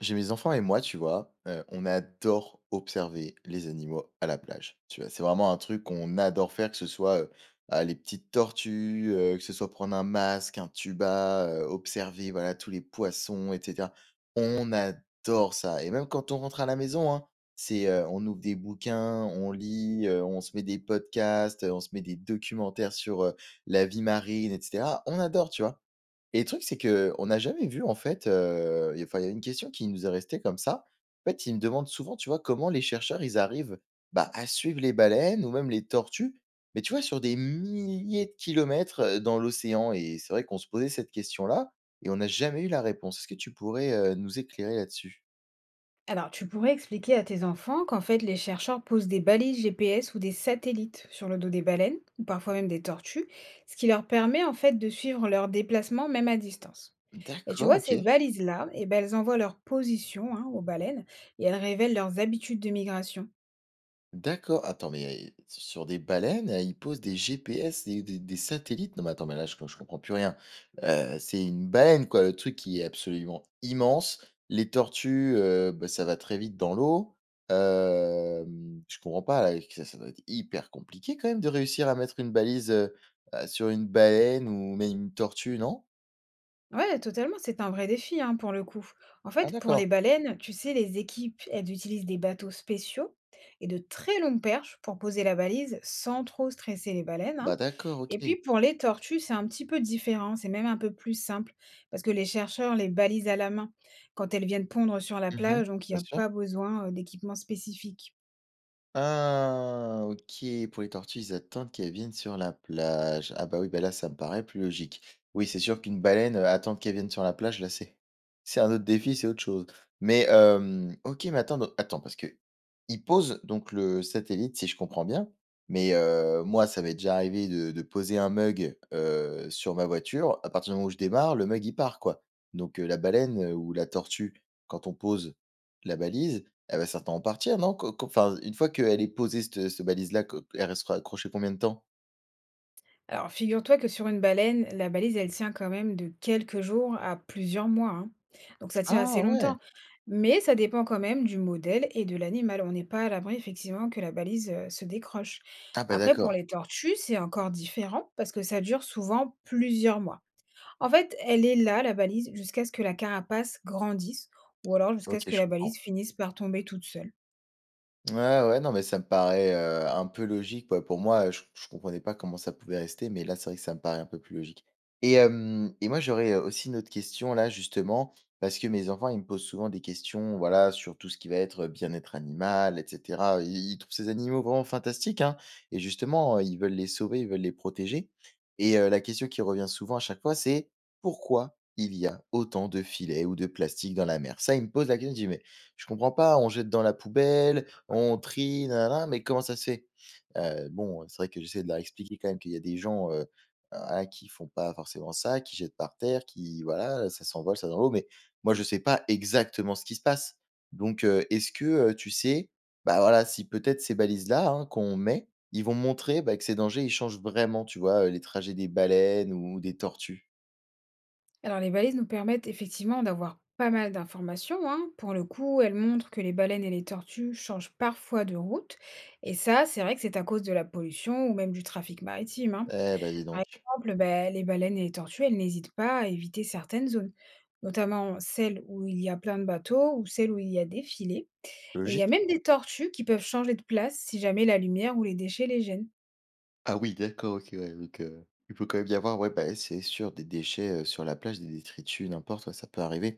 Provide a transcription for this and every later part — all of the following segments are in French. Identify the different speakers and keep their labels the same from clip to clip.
Speaker 1: J'ai mes enfants et moi, tu vois, on adore observer les animaux à la plage. Tu vois? C'est vraiment un truc qu'on adore faire, que ce soit, les petites tortues, que ce soit prendre un masque, un tuba, observer, voilà, tous les poissons et cetera. On adore ça et même quand on rentre à la maison, hein, on ouvre des bouquins, on lit, on se met des podcasts, on se met des documentaires sur, la vie marine et cetera. On adore, tu vois? Et le truc, c'est que on n'a jamais vu, en fait, y enfin, il y a une question qui nous est restée comme ça. En fait, ils me demandent souvent, tu vois, comment les chercheurs, ils arrivent, bah, à suivre les baleines ou même les tortues, mais tu vois, sur des milliers de kilomètres, dans l'océan et c'est vrai qu'on se posait cette question-là et on n'a jamais eu la réponse. Est-ce que tu pourrais, nous éclairer là-dessus?
Speaker 2: Alors, tu pourrais expliquer à tes enfants qu'en fait, les chercheurs posent des balises GPS ou des satellites sur le dos des baleines, ou parfois même des tortues, ce qui leur permet en fait de suivre leurs déplacements même à distance. Et tu
Speaker 1: D'accord,
Speaker 2: vois,
Speaker 1: OK.
Speaker 2: ces balises-là, eh ben, elles envoient leur position hein, aux baleines et elles révèlent leurs habitudes de migration.
Speaker 1: D'accord. Attends, mais, sur des baleines, ils posent des GPS et des satellites? Non, mais attends, mais là, je comprends plus rien. C'est une baleine, quoi, le truc qui est absolument immense. Les tortues, bah, ça va très vite dans l'eau. Je comprends pas, là, que ça doit être hyper compliqué quand même de réussir à mettre une balise, sur une baleine ou même une tortue, non?
Speaker 2: Ouais, totalement, c'est un vrai défi, hein, pour le coup. En
Speaker 1: Ah,
Speaker 2: fait, pour les
Speaker 1: d'accord.
Speaker 2: baleines, tu sais, les équipes, elles utilisent des bateaux spéciaux et de très longues perches pour poser la balise sans trop stresser les baleines,
Speaker 1: Bah,
Speaker 2: hein.
Speaker 1: d'accord, OK.
Speaker 2: Et puis pour les tortues, c'est un petit peu différent, c'est même un peu plus simple, parce que les chercheurs les balisent à la main quand elles viennent pondre sur la
Speaker 1: Mmh.
Speaker 2: plage, donc il
Speaker 1: Bien
Speaker 2: n'y a
Speaker 1: sûr.
Speaker 2: pas besoin d'équipement spécifique.
Speaker 1: Ah, OK, pour les tortues, ils attendent qu'elles viennent sur la plage. Ah bah oui, bah là, ça me paraît plus logique. Oui, c'est sûr qu'une baleine, attendre qu'elle vienne sur la plage, là, c'est c'est un autre défi, c'est autre chose. OK, mais attends, donc attends, parce que ils posent donc le satellite, si je comprends bien, mais, moi, ça m'est déjà arrivé de poser un mug, sur ma voiture. À partir du moment où je démarre, le mug, il part, quoi. Donc, la baleine, ou la tortue, quand on pose la balise, elle va certainement partir, non? Co co Enfin, une fois qu'elle est posée cette balise là, co elle restera accrochée combien de temps?
Speaker 2: Alors, figure-toi que sur une baleine, la balise, elle tient quand même de quelques jours à plusieurs mois, hein. Donc, ça tient
Speaker 1: Ah
Speaker 2: assez
Speaker 1: ouais!
Speaker 2: longtemps. Mais ça dépend quand même du modèle et de l'animal. On n'est pas à l'abri, effectivement, que la balise se décroche.
Speaker 1: Ah bah,
Speaker 2: Après, pour
Speaker 1: d'accord.
Speaker 2: les tortues, c'est encore différent parce que ça dure souvent plusieurs mois. En fait, elle est là, la balise, jusqu'à ce que la carapace grandisse ou alors jusqu'à ce
Speaker 1: OK,
Speaker 2: que
Speaker 1: je
Speaker 2: la
Speaker 1: comprends.
Speaker 2: balise finisse par tomber toute seule.
Speaker 1: Ouais, ouais, non, mais ça me paraît, un peu logique. Ouais, pour moi, je comprenais pas comment ça pouvait rester, mais là, c'est vrai que ça me paraît un peu plus logique et moi, j'aurais, aussi une autre question là, justement, parce que mes enfants, ils me posent souvent des questions, voilà, sur tout ce qui va être, bien-être animal et cetera. Ils trouvent ces animaux vraiment fantastiques, hein, et justement, ils veulent les sauver, ils veulent les protéger et la question qui revient souvent à chaque fois, c'est: «Pourquoi il y a autant de filets ou de plastique dans la mer?» Ça, ils me posent la question, je dis: «Mais je comprends pas, on jette dans la poubelle, on trie, nanana, mais comment ça se fait? Bon, c'est vrai que j'essaie de leur expliquer quand même qu'il y a des gens, voilà, qui font pas forcément ça, qui jettent par terre, qui voilà, ça s'envole, ça dans l'eau, mais moi je sais pas exactement ce qui se passe. Donc, est-ce que, tu sais, bah, voilà, si peut-être ces balises-là, hein, qu'on met, ils vont montrer, bah, que ces dangers, ils changent vraiment, tu vois, les trajets des baleines ou des tortues?
Speaker 2: Alors, les balises nous permettent effectivement d'avoir pas mal d'informations, hein. Pour le coup, elles montrent que les baleines et les tortues changent parfois de route. Et ça, c'est vrai que c'est à cause de la pollution ou même du trafic maritime, hein.
Speaker 1: Eh, bah, dis
Speaker 2: Par
Speaker 1: donc.
Speaker 2: exemple, ben, les baleines et les tortues, elles n'hésitent pas à éviter certaines zones, notamment celles où il y a plein de bateaux ou celles où il y a des filets. Et il y a
Speaker 1: Logique.
Speaker 2: même des tortues qui peuvent changer de place si jamais la lumière ou les déchets les gênent.
Speaker 1: Ah oui, d'accord, OK, ouais, donc il peut quand même y avoir, ouais, bah, c'est sûr, des déchets, sur la plage, des détritus, n'importe, ouais, ça peut arriver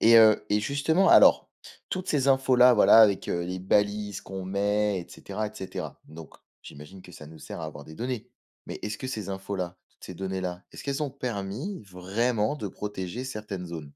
Speaker 1: et justement, alors, toutes ces infos-là, voilà, avec, les balises qu'on met et cetera, donc j'imagine que ça nous sert à avoir des données. Mais est-ce que ces infos-là, toutes ces données-là, est-ce qu'elles ont permis vraiment de protéger certaines zones?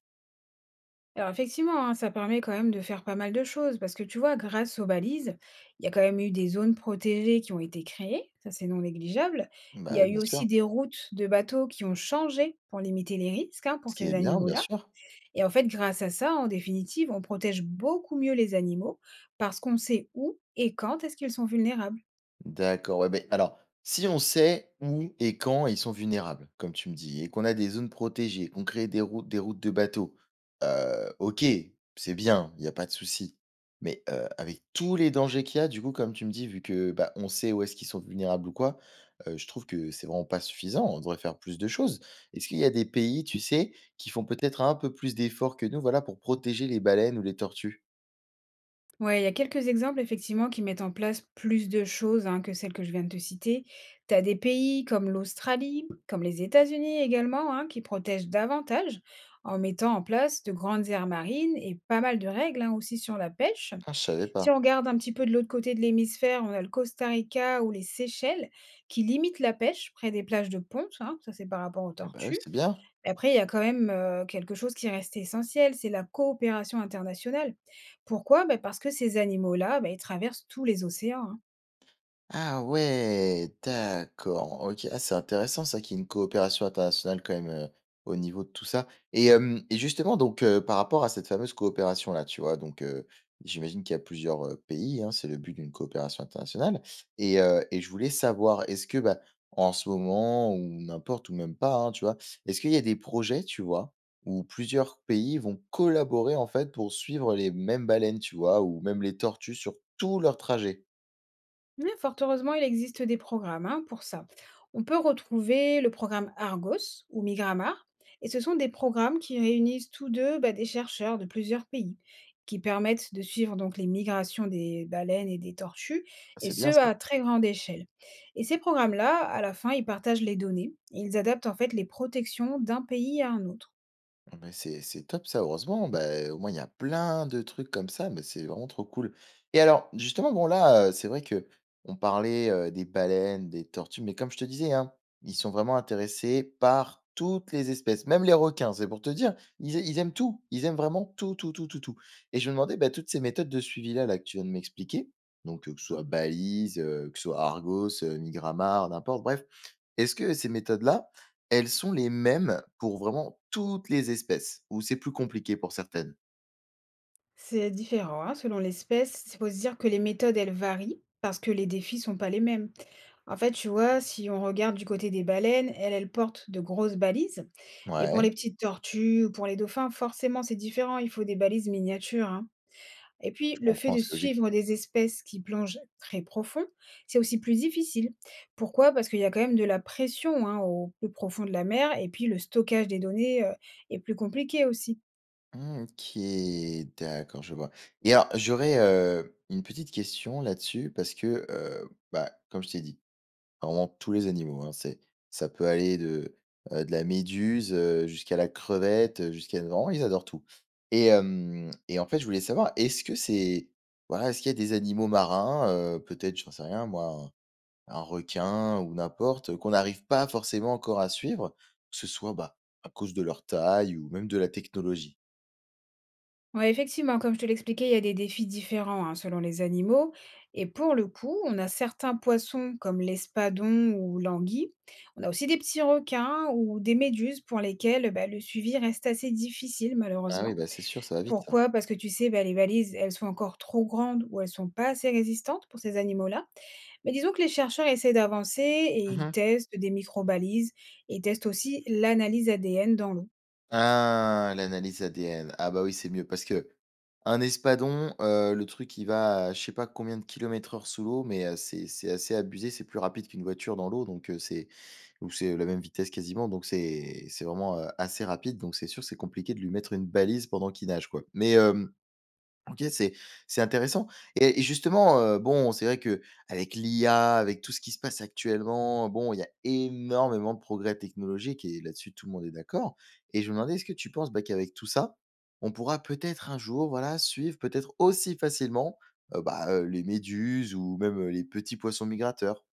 Speaker 2: Alors effectivement, hein, ça permet quand même de faire pas mal de choses parce que tu vois, grâce aux balises, il y a quand même eu des zones protégées qui ont été créées, ça c'est non négligeable. Il
Speaker 1: Bah,
Speaker 2: y
Speaker 1: oui,
Speaker 2: a eu
Speaker 1: bien sûr,
Speaker 2: aussi des routes de bateaux qui ont changé pour limiter les risques hein,
Speaker 1: ce
Speaker 2: pour
Speaker 1: qui
Speaker 2: ces
Speaker 1: est bien, bien
Speaker 2: animaux-là.
Speaker 1: sûr.
Speaker 2: Et en fait, grâce à ça, en définitive, on protège beaucoup mieux les animaux parce qu'on sait où et quand est-ce qu'ils sont vulnérables.
Speaker 1: D'accord, ouais, ben alors, si on sait où et quand ils sont vulnérables, comme tu me dis, et qu'on a des zones protégées, qu'on crée des routes de bateaux, OK, c'est bien, il y a pas de souci. Mais, avec tous les dangers qu'il y a, du coup, comme tu me dis, vu que, bah, on sait où est-ce qu'ils sont vulnérables ou quoi, je trouve que c'est vraiment pas suffisant. On devrait faire plus de choses. Est-ce qu'il y a des pays, tu sais, qui font peut-être un peu plus d'efforts que nous, voilà, pour protéger les baleines ou les tortues?
Speaker 2: Ouais, il y a quelques exemples effectivement qui mettent en place plus de choses hein, que celles que je viens de te citer. Tu as des pays comme l'Australie, comme les États-Unis également, hein, qui protègent davantage en mettant en place de grandes aires marines et pas mal de règles hein, aussi sur la pêche.
Speaker 1: Ah, je savais pas.
Speaker 2: Si on regarde un petit peu de l'autre côté de l'hémisphère, on a le Costa Rica ou les Seychelles qui limitent la pêche près des plages de ponte, hein, ça c'est par rapport aux
Speaker 1: Ah, bah, oui,
Speaker 2: tortues.
Speaker 1: c'est bien.
Speaker 2: Mais après, il y a quand même, quelque chose qui reste essentiel, c'est la coopération internationale. Pourquoi? Bah, parce que ces animaux-là, bah, ils traversent tous les océans, hein.
Speaker 1: Ah ouais, d'accord. OK. Ah, c'est intéressant ça qu'il y ait une coopération internationale quand même, au niveau de tout ça et justement donc par rapport à cette fameuse coopération-là, tu vois? Donc j'imagine qu'il y a plusieurs, pays, hein, c'est le but d'une coopération internationale et je voulais savoir, est-ce que, bah, en ce moment ou n'importe ou même pas, hein, tu vois? Est-ce qu'il y a des projets, tu vois, où plusieurs pays vont collaborer, en fait, pour suivre les mêmes baleines, tu vois? Ou même les tortues sur tout leur trajet?
Speaker 2: Oui, fort heureusement, il existe des programmes hein, pour ça. On peut retrouver le programme Argos ou Migramar, et ce sont des programmes qui réunissent tous deux bah, des chercheurs de plusieurs pays, qui permettent de suivre donc les migrations des baleines et des tortues,
Speaker 1: Ah,
Speaker 2: et
Speaker 1: c'est
Speaker 2: ce
Speaker 1: bien ça.
Speaker 2: à très grande échelle. Et ces programmes-là, à la fin, ils partagent les données, et ils adaptent en fait les protections d'un pays à un autre.
Speaker 1: Ah bah, c'est top ça, heureusement. Bah, au moins, il y a plein de trucs comme ça, mais c'est vraiment trop cool. Et alors, justement, bon, là, c'est vrai que on parlait des baleines, des tortues, mais comme je te disais, hein, ils sont vraiment intéressés par toutes les espèces, même les requins, c'est pour te dire, ils, ils aiment tout, ils aiment vraiment tout, tout, tout, tout, tout. Et je me demandais, bah, toutes ces méthodes de suivi-là là, que tu viens de m'expliquer, donc que ce soit balise, que ce soit Argos, Migramar, n'importe, bref, est-ce que ces méthodes-là, elles sont les mêmes pour vraiment toutes les espèces? Ou c'est plus compliqué pour certaines?
Speaker 2: C'est différent hein, selon l'espèce. Il faut se dire que les méthodes, elles varient parce que les défis sont pas les mêmes. En fait, tu vois, si on regarde du côté des baleines, elles, elles portent de grosses balises. Mais pour
Speaker 1: Ouais,
Speaker 2: les petites tortues ou pour les dauphins, forcément, c'est différent. Il faut des balises miniatures, hein. Et puis,
Speaker 1: je
Speaker 2: le fait
Speaker 1: comprends,
Speaker 2: de
Speaker 1: c'est logique.
Speaker 2: suivre des espèces qui plongent très profond, c'est aussi plus difficile. Pourquoi? Parce qu'il y a quand même de la pression hein, au plus profond de la mer. Et puis, le stockage des données est plus compliqué aussi.
Speaker 1: Mmh, OK, d'accord, je vois. Et alors, j'aurais, une petite question là-dessus parce que, bah, comme je t'ai dit, vraiment tous les animaux, hein, c'est ça peut aller de la méduse, jusqu'à la crevette, jusqu'à vraiment, ils adorent tout. Et hem et en fait, je voulais savoir, est-ce que c'est voilà, est-ce qu'il y a des animaux marins, peut-être, j'en sais rien moi. Un requin ou n'importe, qu'on n'arrive pas forcément encore à suivre, que ce soit, bah, à cause de leur taille ou même de la technologie.
Speaker 2: Ouais, effectivement, comme je te l'expliquais, il y a des défis différents hein, selon les animaux. Et pour le coup, on a certains poissons comme l'espadon ou l'anguille. On a aussi des petits requins ou des méduses pour lesquelles bah, le suivi reste assez difficile,
Speaker 1: Ah oui,
Speaker 2: malheureusement.
Speaker 1: bah, c'est sûr, ça va vite ça.
Speaker 2: Pourquoi? Parce que tu sais, bah, les valises, elles sont encore trop grandes ou elles sont pas assez résistantes pour ces animaux-là. Mais disons que les chercheurs essaient d'avancer et ils
Speaker 1: Mmh.
Speaker 2: testent des micro-balises et ils testent aussi l'analyse ADN dans l'eau.
Speaker 1: Ah, l'analyse ADN. Ah bah, oui, c'est mieux parce que un espadon, le truc il va à je sais pas combien de kilomètres heure sous l'eau, mais, c'est assez abusé, c'est plus rapide qu'une voiture dans l'eau donc, c'est ou c'est la même vitesse quasiment donc c'est vraiment, assez rapide donc c'est sûr, c'est compliqué de lui mettre une balise pendant qu'il nage, quoi. Mais, hem OK, c'est intéressant et justement, bon, c'est vrai que qu'avec l'IA, avec tout ce qui se passe actuellement, bon, il y a énormément de progrès technologiques et là-dessus tout le monde est d'accord et je me demandais, est-ce que tu penses, bah, qu'avec tout ça, on pourra peut-être un jour, voilà, suivre peut-être aussi facilement, les méduses ou même, les petits poissons migrateurs?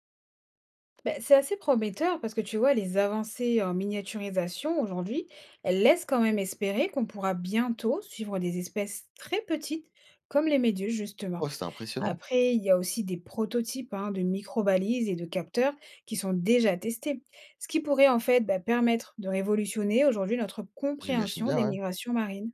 Speaker 2: Beh, c'est assez prometteur parce que tu vois, les avancées en miniaturisation aujourd'hui, elles laissent quand même espérer qu'on pourra bientôt suivre des espèces très petites comme les méduses
Speaker 1: Oh,
Speaker 2: justement.
Speaker 1: c'est impressionnant.
Speaker 2: Après, il y a aussi des prototypes hein, de microbalises et de capteurs qui sont déjà testés, ce qui pourrait en fait bah, permettre de révolutionner aujourd'hui notre
Speaker 1: J'imagine
Speaker 2: compréhension
Speaker 1: bien,
Speaker 2: des
Speaker 1: ouais.
Speaker 2: migrations marines.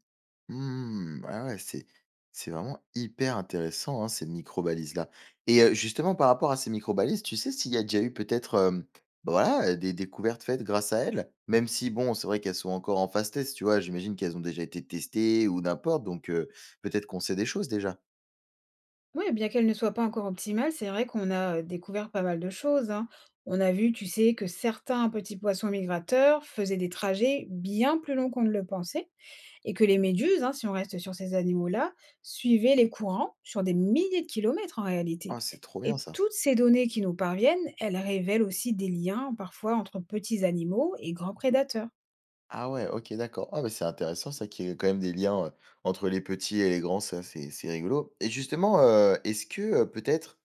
Speaker 1: Mmh. Ah ouais, c'est vraiment hyper intéressant, hein, ces micro-balises-là et justement par rapport à ces micro-balises, tu sais s'il y a déjà eu peut-être, bah, voilà, des découvertes faites grâce à elles? Même si bon, c'est vrai qu'elles sont encore en phase test, tu vois? J'imagine qu'elles ont déjà été testées ou n'importe donc peut-être qu'on sait des choses déjà?
Speaker 2: Oui, bien qu'elle ne soit pas encore optimale, c'est vrai qu'on a découvert pas mal de choses, hein. On a vu, tu sais, que certains petits poissons migrateurs faisaient des trajets bien plus longs qu'on ne le pensait et que les méduses, hein, si on reste sur ces animaux-là, suivaient les courants sur des milliers de kilomètres en réalité.
Speaker 1: Ah c'est trop bien
Speaker 2: Et
Speaker 1: ça.
Speaker 2: toutes ces données qui nous parviennent, elles révèlent aussi des liens parfois entre petits animaux et grands prédateurs.
Speaker 1: Ah ouais, OK, d'accord. Ah, mais c'est intéressant ça qu'il y ait quand même des liens, entre les petits et les grands, ça c'est rigolo et justement, est-ce que, peut-être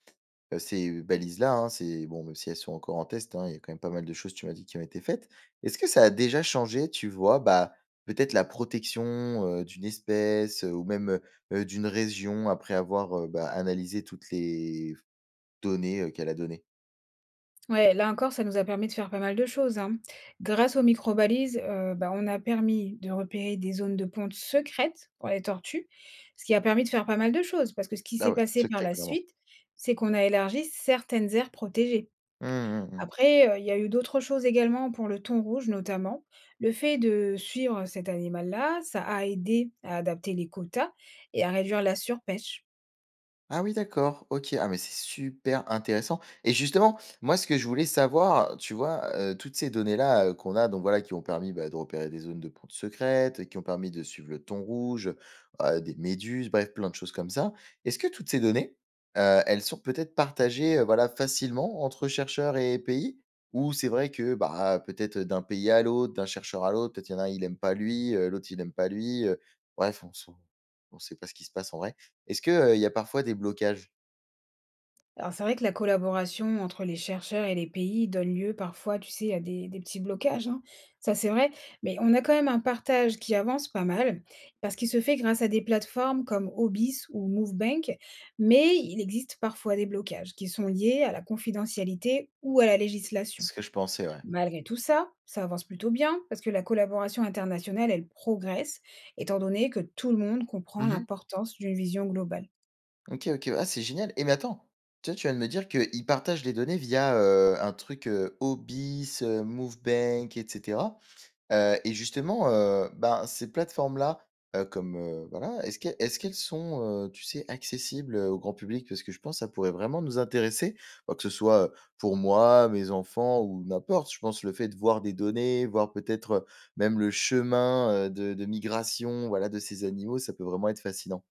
Speaker 1: ces balises-là, hein, c'est bon, même si elles sont encore en test, hein, il y a quand même pas mal de choses, tu m'as dit, qui ont été faites. Est-ce que ça a déjà changé, tu vois, bah, peut-être la protection, d'une espèce, ou même, d'une région après avoir, bah, analysé toutes les données, qu'elle a données?
Speaker 2: Ouais, là encore, ça nous a permis de faire pas mal de choses, hein. Grâce aux microbalises, bah, on a permis de repérer des zones de ponte secrètes pour les tortues, ce qui a permis de faire pas mal de choses. Parce que ce qui
Speaker 1: Ah
Speaker 2: s'est
Speaker 1: ouais,
Speaker 2: passé par
Speaker 1: secret
Speaker 2: la
Speaker 1: vraiment.
Speaker 2: suite, c'est qu'on a élargi certaines aires protégées. Après, il y a eu d'autres choses également pour le thon rouge notamment. Le fait de suivre cet animal-là, ça a aidé à adapter les quotas et à réduire la surpêche.
Speaker 1: Ah oui, d'accord, OK. Ah, mais c'est super intéressant et justement, moi, ce que je voulais savoir, tu vois, toutes ces données-là, qu'on a donc voilà, qui ont permis, bah, de repérer des zones de pontes secrètes, qui ont permis de suivre le thon rouge, des méduses, bref, plein de choses comme ça. Est-ce que toutes ces données, elles sont peut-être partagées, voilà, facilement entre chercheurs et pays? Ou c'est vrai que, bah, peut-être d'un pays à l'autre, d'un chercheur à l'autre, peut-être il y en a un, il aime pas lui, l'autre, il aime pas lui, bref, on ne sait pas ce qui se passe en vrai? Est-ce que, il y a parfois des blocages?
Speaker 2: Alors c'est vrai que la collaboration entre les chercheurs et les pays donne lieu parfois, tu sais, à des petits blocages, hein. Ça c'est vrai, mais on a quand même un partage qui avance pas mal, parce qu'il se fait grâce à des plateformes comme Hobbies ou Movebank, mais il existe parfois des blocages qui sont liés à la confidentialité ou à la
Speaker 1: C'est
Speaker 2: législation.
Speaker 1: ce que je pensais, ouais.
Speaker 2: Malgré tout ça, ça avance plutôt bien, parce que la collaboration internationale, elle progresse, étant donné que tout le monde comprend
Speaker 1: Mmh mh.
Speaker 2: l'importance d'une vision globale.
Speaker 1: OK, OK. Ah, c'est génial et mais attends, toi, tu viens de me dire qu'ils partagent les données via, un truc, Obis, Movebank et cetera. Et justement, ben, ces plateformes-là, comme, voilà, est-ce qu'elles sont, tu sais, accessibles, au grand public? Parce que je pense que ça pourrait vraiment nous intéresser, bah, que ce soit, pour moi, mes enfants ou n'importe. Je pense le fait de voir des données, voir peut-être, même le chemin, de migration, voilà, de ces animaux, ça peut vraiment être fascinant.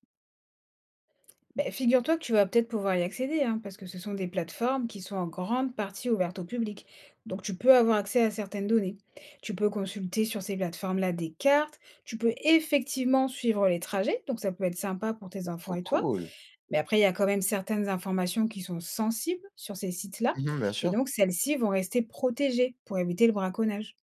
Speaker 2: Beh, figure-toi que tu vas peut-être pouvoir y accéder, hein, parce que ce sont des plateformes qui sont en grande partie ouvertes au public. Donc tu peux avoir accès à certaines données. Tu peux consulter sur ces plateformes-là des cartes, tu peux effectivement suivre les trajets, donc ça peut être sympa pour tes enfants
Speaker 1: Trop
Speaker 2: et toi.
Speaker 1: cool!
Speaker 2: Mais après, il y a quand même certaines informations qui sont sensibles sur ces sites-là,
Speaker 1: Mmh, bien
Speaker 2: et
Speaker 1: sûr.
Speaker 2: donc celles-ci vont rester protégées pour éviter le braconnage.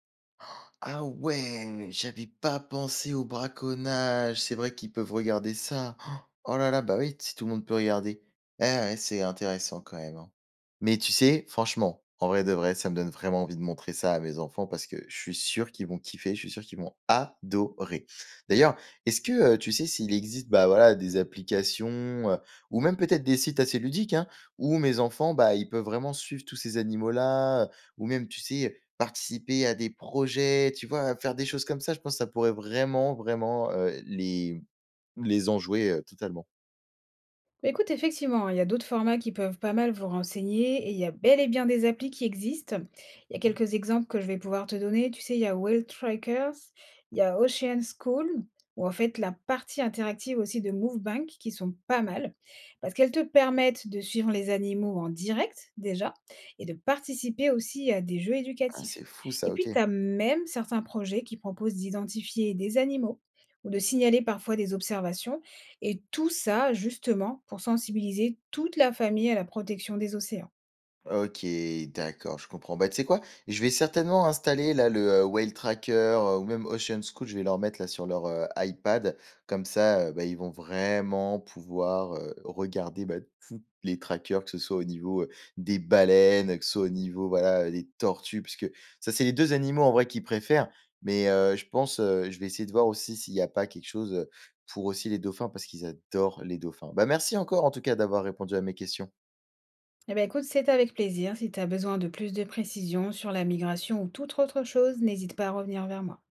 Speaker 1: Ah ouais, j'avais pas pensé au braconnage. C'est vrai qu'ils peuvent regarder ça. Oh là là, bah oui, si tout le monde peut regarder. Eh ouais, c'est intéressant quand même, hein. Mais tu sais, franchement, en vrai de vrai, ça me donne vraiment envie de montrer ça à mes enfants parce que je suis sûr qu'ils vont kiffer, je suis sûr qu'ils vont adorer. D'ailleurs, est-ce que tu sais s'il existe bah voilà des applications euh, ou même peut-être des sites assez ludiques hein, où mes enfants bah ils peuvent vraiment suivre tous ces animaux là ou même tu sais participer à des projets, tu vois? À faire des choses comme ça, je pense que ça pourrait vraiment, vraiment, les enjouer, totalement.
Speaker 2: Bah, écoute, effectivement, il y a d'autres formats qui peuvent pas mal vous renseigner et il y a bel et bien des applis qui existent. Il y a quelques exemples que je vais pouvoir te donner. Tu sais, il y a Whale Trackers, il y a Ocean School, ou en fait la partie interactive aussi de MoveBank qui sont pas mal parce qu'elles te permettent de suivre les animaux en direct déjà et de participer aussi à des jeux
Speaker 1: Ah,
Speaker 2: éducatifs.
Speaker 1: c'est fou ça,
Speaker 2: Et
Speaker 1: OK.
Speaker 2: puis, tu as même certains projets qui proposent d'identifier des animaux ou de signaler parfois des observations et tout ça, justement, pour sensibiliser toute la famille à la protection des océans.
Speaker 1: OK, d'accord, je comprends. Bah, tu sais quoi? Je vais certainement installer là le, Whale Tracker, ou même Ocean Scout, je vais leur mettre là sur leur, iPad. Comme ça, bah, ils vont vraiment pouvoir, regarder, bah, tous les trackers, que ce soit au niveau, des baleines, que ce soit au niveau, voilà, des tortues, parce que ça, c'est les 2 animaux en vrai qu'ils préfèrent. Mais, je pense, je vais essayer de voir aussi s'il n'y a pas quelque chose, pour aussi les dauphins, parce qu'ils adorent les dauphins. Bah, merci encore en tout cas d'avoir répondu à mes questions.
Speaker 2: Eh bien, écoute, c'est avec plaisir. Si tu as besoin de plus de précisions sur la migration ou toute autre chose, n'hésite pas à revenir vers moi.